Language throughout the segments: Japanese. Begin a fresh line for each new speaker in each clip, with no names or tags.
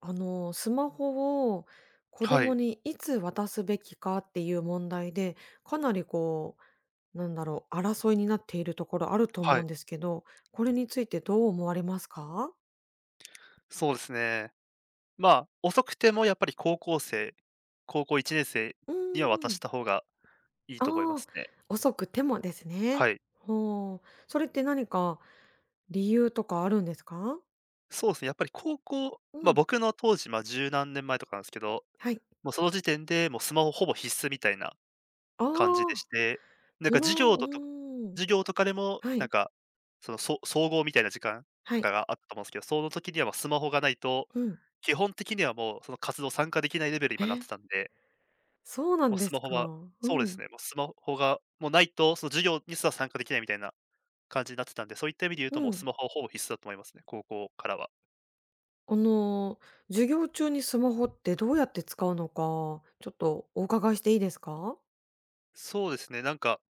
スマホを子
は
供
い、
にいつ渡すべきかっていう問題で、かなりこう、なんだろう、争いになっているところあると
は
思う
い、
んですけど、これについてどう思われますか？
そうですね。まあ、遅くてもやっぱり高校生、高校1年生
うー
には渡し
ん。
た方がいいと思いま
ああ、
すね。
遅くてもですね。
はい。
ほう。それって何か理由とかあるんですか？
そうですね、やっぱり高校
う
ま、
ん、
僕の当時、ま、十何年前とかなんですけど、
はい。
もうその時点で、もうスマホほぼ必須みたいな
あ
感じで
あ、
して、なん
そ
か
のうーん。
授業とかでも、
は
なん
い、
か、総合みたいな時間
は
と
い。
かがあったと思うんですけど、その時にはまあスマホがないと、
うん。
基本的にはもうその活動参加できないレベルに今なっ
え、
てたんで
そうな
もう
んで
スマ
す
ホ
か。
はそう
う
です
ん、
ね、もうスマホがもうないと、その授業にすら参加できないみたいな感じになってたんで、そういった意味で言うと
う
もうス
ん。
マホはほぼ必須だと思いますね、高校からは。
あの授業中にスマホってどうやって使うのか、ちょっとお伺いしていいですか？
そうですね、なんか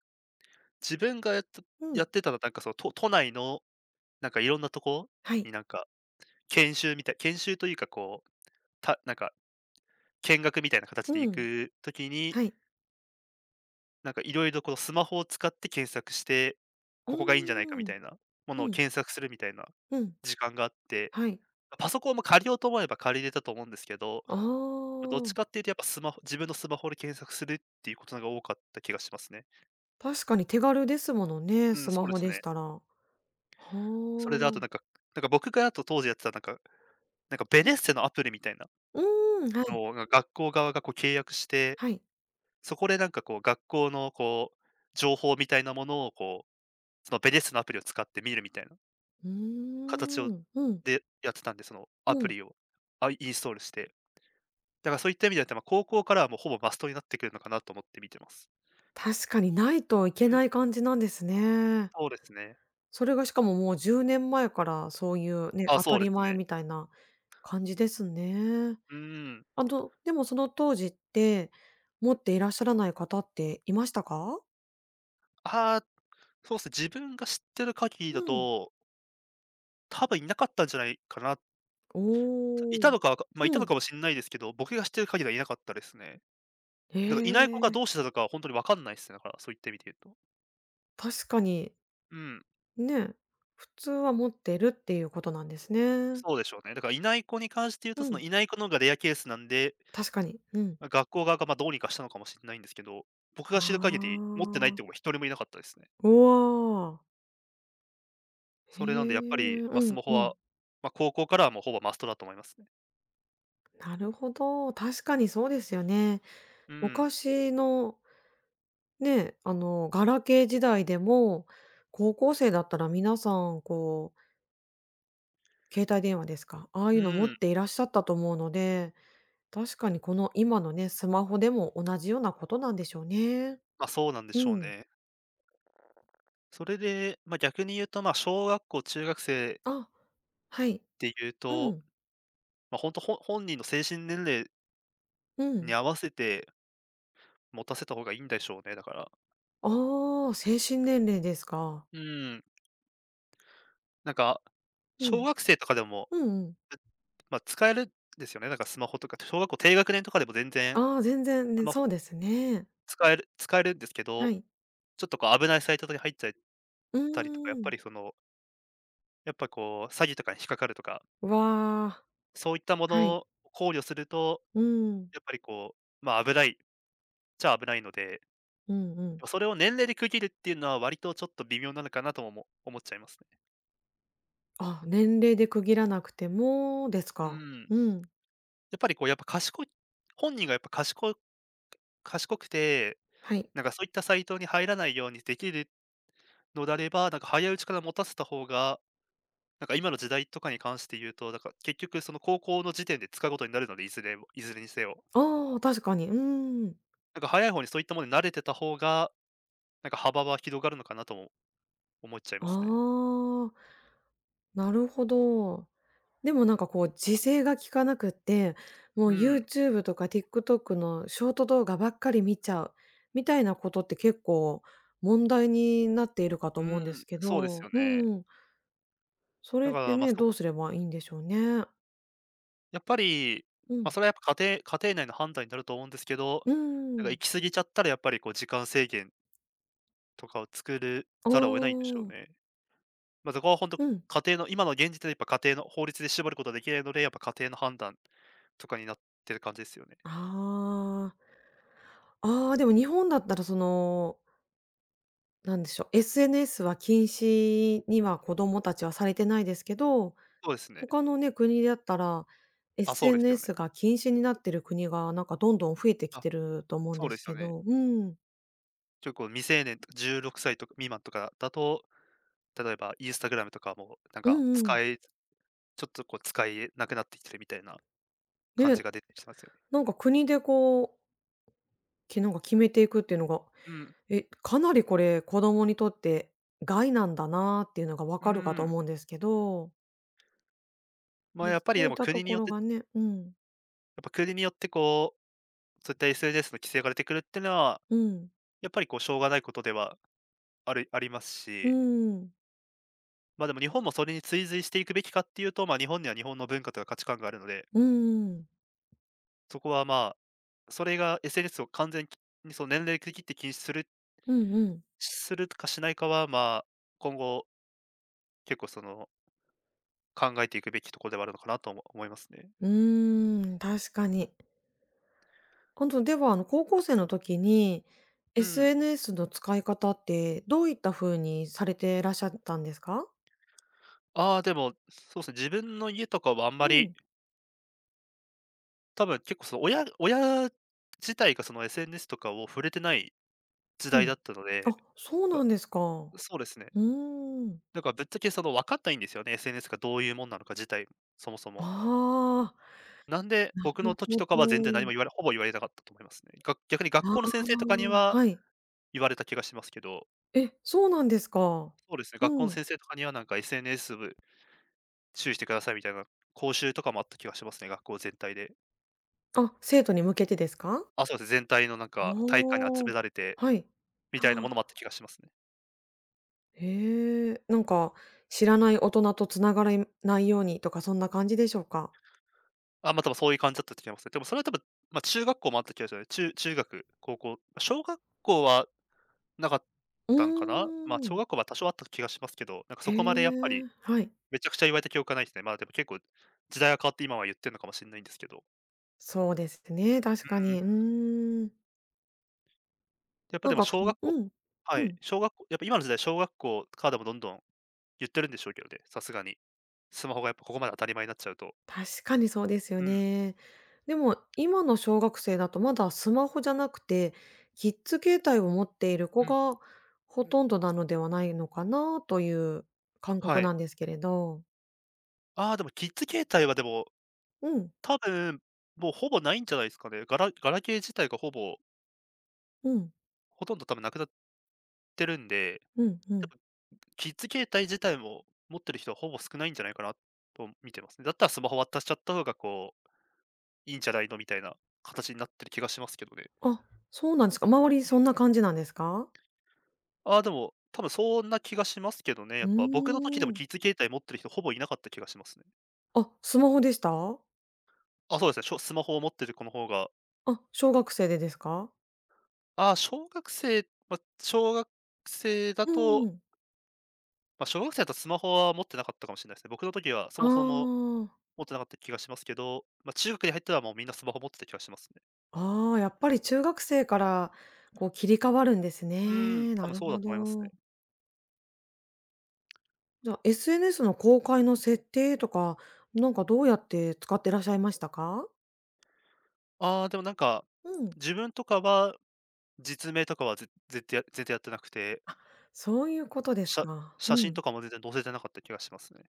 自分が
う
や
ん。
ってたのはなんかその都内のなんかいろんなとこ
はい。
になんか研修というかこう、なんか見学みたいな形で
う
行
ん。
く時に、
はい。
なんかいろいろこのスマホを使って検索して、
う
ここがいいんじゃないかみ
ーん。
たいなもの
う
を
ん。
検索するみたいな
うん。
時間があって
はい。
パソコンも借りようと思えば借りれたと思うんですけど、
あ
どっち
あ、
かっていうとやっぱスマホ自分のスマホで検索するっていうことのが多かった気がしますね。
確かに手軽ですものね、
うん、
ス
そ
マ
うで
ホ
す
でし
ね。
たら。は
それであと
あ。
なんか、なんか僕があと当時やってたなんか、なんかベネッセのアプリみたいな
うーん、はい。
のを、学校側がこう契約して、
はい。
そこでなんかこう学校のこう、情報みたいなものをこう、そのベネッセのアプリを使って見るみたいな
うー
形
ん。うん。
でやってたんで、そのア
う
プ
ん。
リを、あ、インストールして。だからそういった意味では、ま、高校からはもうほぼマストになってくるのかなと思って見てます。
確かにないといけ
うん。
ない感じなんですね。
そうですね。
それがしかももう10年前からそういうね、
あ、
当
そ
た
うで
り
す
前
ね。
みたいな感じですね。
うーん。
でもその当時って、持っていらっしゃらない方っていましたか？
ああ、そうですね、自分が知ってる限り
う
だ
ん。
と、多分いなかったんじゃないかな。い
おお。
たのか、ま、いた
う
の
ん。
かもしんないですけど、僕が知ってる限りはいなかったですね。
へ
だからいない子が
え、
どうしてたとかはほんとにわかんないっすね、だから、そういった意味で言うと。
確かに、
うん、
ね、普通は持ってるっていうことなんですね。
そうでしょうね。だからいない子に関して言うと、
う
その
ん、
いない子の方がレアケースなんで、
確かに。うん。
ま、学校側が、ま、どうにかしたのかもしんないんですけど、僕
あ
が知る限り持ってないっ
あ。
て子が一人もいなかったですね。
おお。へ
それなんでやっ
え、
ぱり、ま、
う
ス
ん
マホ
う
は、
ん。
ま、高校からはもうほぼマストだと思いますね。
なるほど、確かにそうですよね。
うん。
昔のね、ガラケー時代でも、高校生だったら皆さん、こう、携帯電話ですか、ああ
う
いうの持っ
ん。
ていらっしゃったと思うので、確かにこの今のね、スマホでも同じようなことなんでしょうね。
まあ、そうなんで
う
しょう
ん。
ね。それで、まあ、逆に言うと、まあ、小学校、中学生
あ、は
っ
い。
ていう
う
と、
ん。
ま、あ本当ほん本人の精神年齢
う
に
ん。
合わせて持たせた方がいいんでしょうね、だから。
ああ、精神年齢ですか。
うん、なんか、
う
小
ん。
学生とかでも、
うんうん。
うまあ、使えるんですよね、なんかスマホとか小学校低学年とかでも全然
ああ、全然
ス
ね、
マホ
そうですね。
使えるんですけ
は
ど、
い。
ちょっとこう危ないサイトとかに入っちゃっ
う
たりとか、やっ
ー
ぱ
ん。
りその、やっぱこう詐欺とかに引っかかるとか、
わあ、
そういったも
は
の
い。
を考慮すると、
うん。
やっぱりこう、まあ、危ないちゃ危ないので、
うんうん。
それを年齢で区切るっていうのは割とちょっと微妙なのかなとも思っちゃいますね。
あ、年齢で区切らなくてもです
う
か？
ん。
うん。
やっぱりこうやっぱ賢い本人がやっぱ賢くて、
はい。
なんかそういったサイトに入らないようにできるのであれば、なんか早いうちから持たせた方が、なんか今の時代とかに関して言うと、だから結局その高校の時点で使うことになるので、いずれにせよ。
ああ、確かに。うーん。
なんか早い方にそういったものに慣れてた方が、なんか幅は広がるのかなとも思っちゃい
あ
ますね。
あ、なるほど。でもなんかこう自制が効かなくって、も
う
う
ん。
YouTube とか TikTok のショート動画ばっかり見ちゃう、みたいなことって結構問題になっているかと
う
思うんです
ん、
け
そうです
ど、
よね。
うん、そ
だ
れっ
か
て
ら、ま、
ね、どうすればいいんでしょうね。
やっぱり、
う
まあ、
ん。
それはやっぱ家庭内の判断になると思うんですけど、
う
なんか行
ん。
き過ぎちゃったらやっぱりこう時間制限とかを作る
あ
ざるを得ないんでしょう
あ。
ね。まあ、そこは本当
うん。
家庭の今の現時点でやっぱ家庭の法律で絞ることはできないので、やっぱ家庭の判断とかになってる感じですよね。
ああ。ああ、でも日本だったらその、なんでしょう、SNS は禁止には子供たちはされてないですけど、
そうですね。
他のね、国だったら、
あ、そうですよね。
SNS が禁止になってる国がなんかどんどん増えてき
あ、
てると思うん
そう
で
で
す
すよ
け
ね。
ど、うん。
結構未成年とか16歳とか未満とかだと、例えばインスタグラムとかもなん
う
か
んうん。
ちょっとこう使えなくなってきてるみたいな感じ
ね、
が出てきてますよね。
なんか国でこう、なんか決めていくっていうのが、
うん、
え、かなりこれ子供にとって害なんだなっていうのがわ
う
かるかと
ん。
思うんですけど、
まあ、
ね、
やっぱり
そう
で
いっ
も
たところがね、うん、
国によってこう、そういった SNS の規制が出てくるっていうのは、
うん、
やっぱりこうしょうがないことではあります
う
し、
ん。
まあでも日本もそれに追随していくべきかっていうと、まあ日本には日本の文化とか価値観があるので、
うんうん。
そこはまあ、それが SNS を完全にその年齢区切って禁止する
うんうん。
するかしないかは、まあ、今後結構その考えていくべきところではあるのかなと思いますね。
うーん、確かに。あと、では、高校生の時に、
うん。
SNS の使い方って、どういった風にされてらっしゃったんですか？
ああ、でも、そうですね、自分の家とかはあんま
う
り
ん、
多分結構その親自体がその SNS とかを触れてない時
う
代
ん。
だったので、
あ、そう
ま、
なんですか。う
そうですね。
ーん。
だからぶっちゃけその分かんないんですよね、SNS がどういうもんなのか自体も、そもそ
あ
も。
あ、
なんで、
な
僕
る
の時
ほ
とかは全然何
ど。
も言われほぼ言われなかったと思いますね。が逆に学
あ
校の
あ、
先生とかには
はい。
言われた気がしますけど、
え、そうなんですか。
そうですね、学校
う
の
ん。
先生とかにはなんか SNS 部注意してくださいみたいな講習とかもあった気がしますね、学校全体で。
あ、生徒に向けてですか？
あ、そうですね、全体のなん
あ
か大会に集
あ、
められて
はい。
み
あ。
たいなものもあった気がしますね。
へえ、なんか、知らない大人とつながらないようにとか、そんな感じでしょうか？
あ、まあ、多分そういう感じだったと思いますね。でもそれは多分、まあ、中学校もあった気がしますね。中学、高校、小学校はなかっ
う
たんかな？
ー
まあ、小
ん。
学校は多少あった気がしますけど、なんか
へ
そこまでやっぱり、
え、はい。
めちゃくちゃ言われた記憶がないですね。まあ、でも結構、時代が変わって今は言ってるのかもしれないんですけど。
そうですね、確か
うん。
に。うーん。
やっぱ
な
で
ん
も
か、こ
小
の
学校
うん、
は
う
い、
ん、
小学校やっぱ今の時代、小学校からでもどんどん言ってるんでしょうけどね、さすがに。スマホがやっぱここまで当たり前になっちゃうと。
確かにそうですよ
うん、
ね。でも、今の小学生だとまだスマホじゃなくて、キッズ携帯を持っている
う
子
ん、
がほとんどなのではないのかなという感
は
覚
い。
なんですけれど。
ああ、でもキッズ携帯はでも
うん、
多分、もうほぼないんじゃないですかね。ガラケー自体がほぼ、
うん、
ほとんど多分なくなってるんで、
うんう
多
ん。
分キッズ携帯自体も持ってる人はほぼ少ないんじゃないかなと見てますね。だったらスマホ渡しちゃった方がこう、いいんじゃないのみたいな形になってる気がしますけどね。
あ、そうなんですか。周りそんな感じなんですか？
ああ、でも、多分そんな気がしますけどね、や
う
っぱ僕の時で
ー
も
ん。
キッズ携帯持ってる人ほぼいなかった気がしますね。
あ、スマホでした？
あ、そうですね、スマホを持ってる子の方が、
あ、小学生でですか？
ああ、小学生まあ、小学生だ
う
と
ん。
まあ、小学生だとスマホは持ってなかったかもしれないですね。僕の時はそ
あ
もそも
あ。
持ってなかった気がしますけど、まあ、中学に入ってはもうみんなスマホ持ってた気がしますね。
ああ、やっぱり中学生からこう切り替わるんです
うん、
ね。
多
な
分
る
そうだ
ほ
と思いますね。
ど。じゃあ、SNS の公開の設定とか、なんかどうやって使ってらっしゃいましたか？
ああ、でもなんか、
うん。
自分とかは実名とかは絶対やってなくて、
あ、そういうことです
写
か。
写
う
真
ん。
とかも全然載せてなかった気がしますね。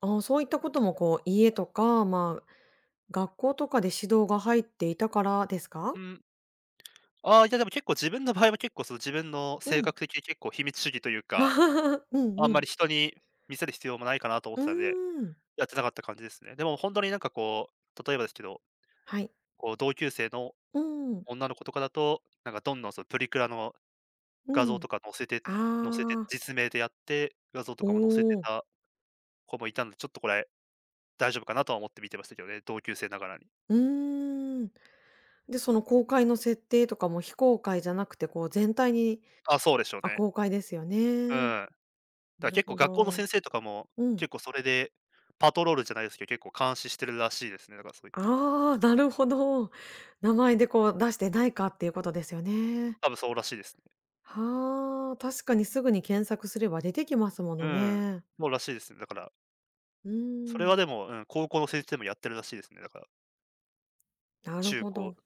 ああ、そういったこともこう、家とか、まあ、学校とかで指導が入っていたからです
う
か？
ん。ああ、いやでも結構自分の場合は結構その自分の
う
性
ん。
格的に結構秘密主義という
う
か、
ん
あん
う
ま
ん。
り人に見せる必要もないかなと思っ
う
てたんで、
ーん。
やってなかった感じですね。でも本当になんかこう、例えばですけど、
はい。
こう同級生の
うん。
女の子とかだと、なんかどんどんそのプリクラの画
う
像
ん。
とか載せて載せて、
ああ、
実名でやって、画像と
お
かも載せて
お。
た子もいたので、ちょっとこれ大丈夫かなとは思って見てましたけどね、同級生ながらに。
うーん。で、その公開の設定とかも非公開じゃなくて、こう全体に
あ、そうでしょう
あ、
ね。
公開ですよ
うん。
ね。
だか
な
ら
る
結構
ほ
学校の
ど。
先生とかも、
うん。
結構それで、パトロールじゃないですけど、結構監視してるらしいですね、だからそう言って。
ああ、なるほど。名前でこう出してないかっていうことですよね。
多分そうらしいですね。
はあ、確かにすぐに検索すれば出てきますも
う
の
ん。
ね。
そうらしいですね。だから、
う
そ
ー
れ
ん、
はでも、うん、高校の先生もやってるらしいですね、だから、
なる
中
ほ
高。
ど。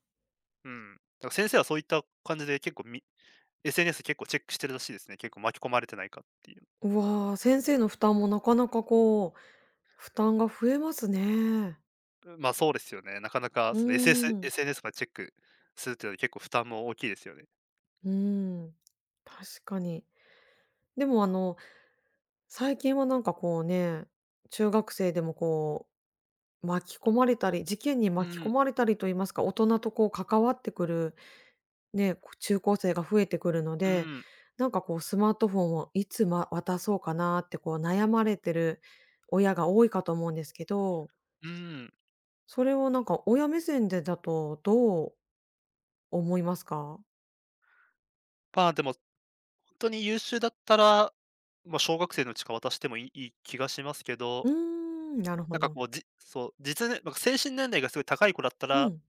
うん。だから先生はそういった感じで結構SNS 結構チェックしてるらしいですね。結構巻き込まれてないかっていう。
うわあ、先生の負担もなかなかこう負担が増えますね。
まあ、そうですよね。なかなか
う
その
ーん、
SNS までチェックするっていうのは結構負担も大きいですよね。
うーん、確かに。でも最近はなんかこうね、中学生でもこう、巻き込まれたり、事件に
う
巻き込
ん、
まれたりと言いますか、大人とこう関わってくる、ね、こう中高生が増えてくるの
う
で、
ん、
なんかこうスマートフォンをいつ、ま、渡そうかなってこう悩まれてる親が多いかと思うんですけど、
うん。
それをなんか親目線でだとどう思いますか？
まあ、でも、本当に優秀だったら、ま、小学生のうちから渡してもいい気がしますけど、
うーん、なるほ
なんか
ど。
こう、じそう、なんか精神年齢がすごい高い子だった
う
ら、
ん。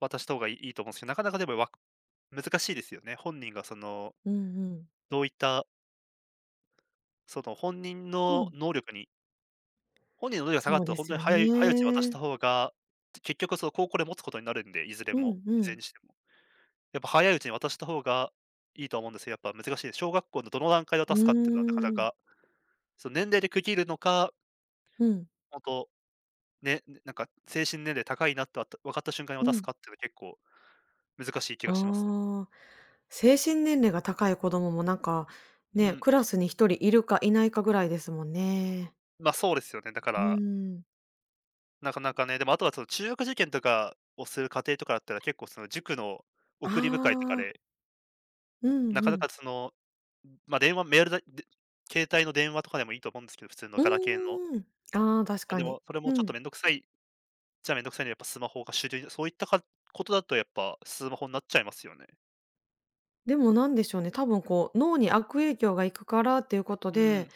渡した方がいいと思うんですけど、なかなかでも難しいですよね。本人がその、
うんうん。
どういった、その
うん。
本人の能力が下が
そ
っ
う
たら
で
本当
す
に
よ
早いうちに渡し
ね。
た方が、結局その高校で持つことになるんで、
うん
い
う
ずれ
ん。
にしても。やっぱ早いうちに渡した方がいいとは思うんですけど、やっぱ難しいです。小学校のどの段階で
う
渡すかっていうのはなかな
ーん。
か、その年齢で区切るのか、
うん。
本当ねなんか精神年齢高いなって分かった瞬間に
う
渡す
ん。
かっていうのは結構難しい気がしますね。
ああ。精神年齢が高い子供もなんか、
う
ね、
ん。
クラスに一人いるかいないかぐらいですもんね。
ま、そうですよね。だか
う
ら、
ーん。
なかなかね、でもあとはその中学受験とかをする家庭とかだったら結構その塾の
あ
送り迎えとかで
あ。う
な
ん
か
う
な
ん。
かその、ま、電話、メールだで携帯の電話とかでもいいと思うんですけど、普通のガラケーの。
うーん。ああ、確
ま、
か
で
に。
も、それも
う
ちょっと
ん。
めんどくさいので、やっぱスマホが主流、そういったかことだとやっぱスマホになっちゃいますよね。
でもなんでしょうね、多分こう、脳に悪影響がいくからっていうこと
うん、
で、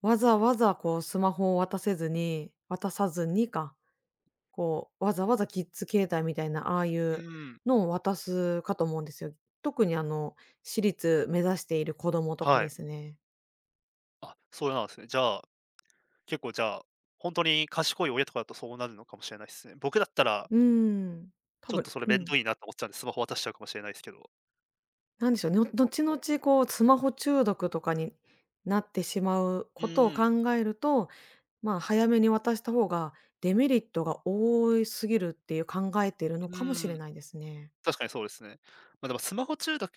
わざわざこうスマホを渡さずにか、こう、わざわざキッズ携帯みたいな、ああい
う
う
ん。
のを渡すかと思うんですよ。特に私立目指している子供とか
は
で
い。
すね。
あ、そうなんですね。じゃあ、結構じゃあ、本当に賢い親とかだとそうなるのかもしれないですね。僕だったら、
うーん。多
ちょっと
分
それ
う
めん
ん、
どいなと思っちゃうんで、スマホ渡しちゃうかもしれないですけど、
なんでしょうね、の
そこ
後
の
々こうスマホ中毒とかになってしまう
う
ことを考
ん、
えると、まあ、早めに渡した方がデメリットが多いすぎるっていう考えてるの
う
かもしれ
ん。
ないですね。
確かにそうですね。ま、でもスマホ中毒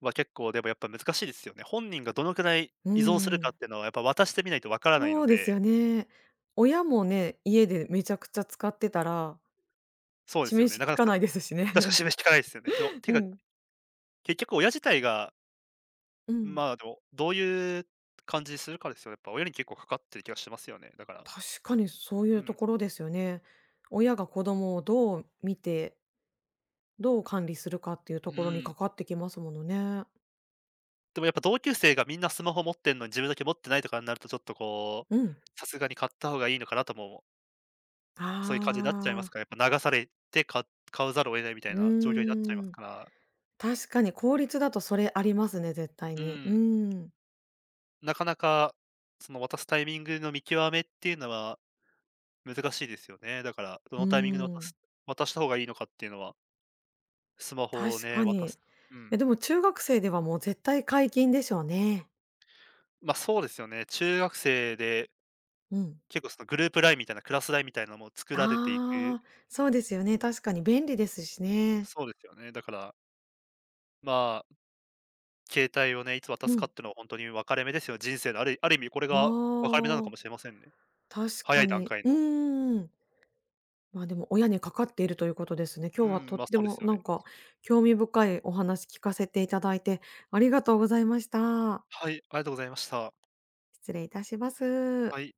は結構でもやっぱ難しいですよね。本人がどのくらい
うー
依存するかっ
ん。
ていうのはやっぱ渡してみないとわからない
そ
の
うですよ
で、
ね。親もね、家でめちゃくちゃ使ってたら
そうですよ
示
ね。
し
なか
聞
な
か
か
ないですしね。
確か示しきかないですよね。てか て
う
か、
ん。
結局親自体が、
うん。
まあ、でも、どういう感じにするかですよね。やっぱ親に結構かかってる気がしますよね、だから。
確かにそうい
う
うと
ん。
ころですよね。親が子供をどう見て、どう管理するかっていう
う
ところに
ん。
かかってきますものね。
でもやっぱ同級生がみんなスマホ持ってんのに自分だけ持ってないとかになるとちょっとこ
う
う、
ん。
さすがに買った方がいいのかなとも、
あ
そういう感じになっちゃいます
あ、
から、やっぱ流されて買うざるを得ないみたい
う
な状況になっちゃいま
ー
す
ん。
から。
確かに効率だとそれありますね、絶対
う
に。う
ん。
ん。
なかなか、その渡すタイミングの見極めっていうのは難しいですよね。だから、ど
う
のタイミングで
ん。
渡した方がいいのかっていうのは、スマホを
確
ね、
か
渡
に。
す。うん。
え、でも中学生ではもう絶対解禁でしょうね。
ま、そうですよね。中学生で、
うん。
結構そのグループラインみたいな、クラスラインみたいなのも作られていく
ああ、そうですよね、確かに便利ですしね。
そうですよね。だから、まあ、携帯をね、いつ渡
う
すか
ん。
っていうのは本当に分かれ目ですよ。人生のある意味これ
あ
が分かれ目なのかもしれ
あ。
ませんね。
確
早
か
い段
に。
階
う
の。
ーん。まあ、でも親にかかっているということですね。
う
今日は
ん、
とっ
ま、そ
て
うです
も
よ
な
ね。
んか興味深いお話聞かせていただいてありがとうございました。
はい、ありがとうございました。
失礼いたします。
はい。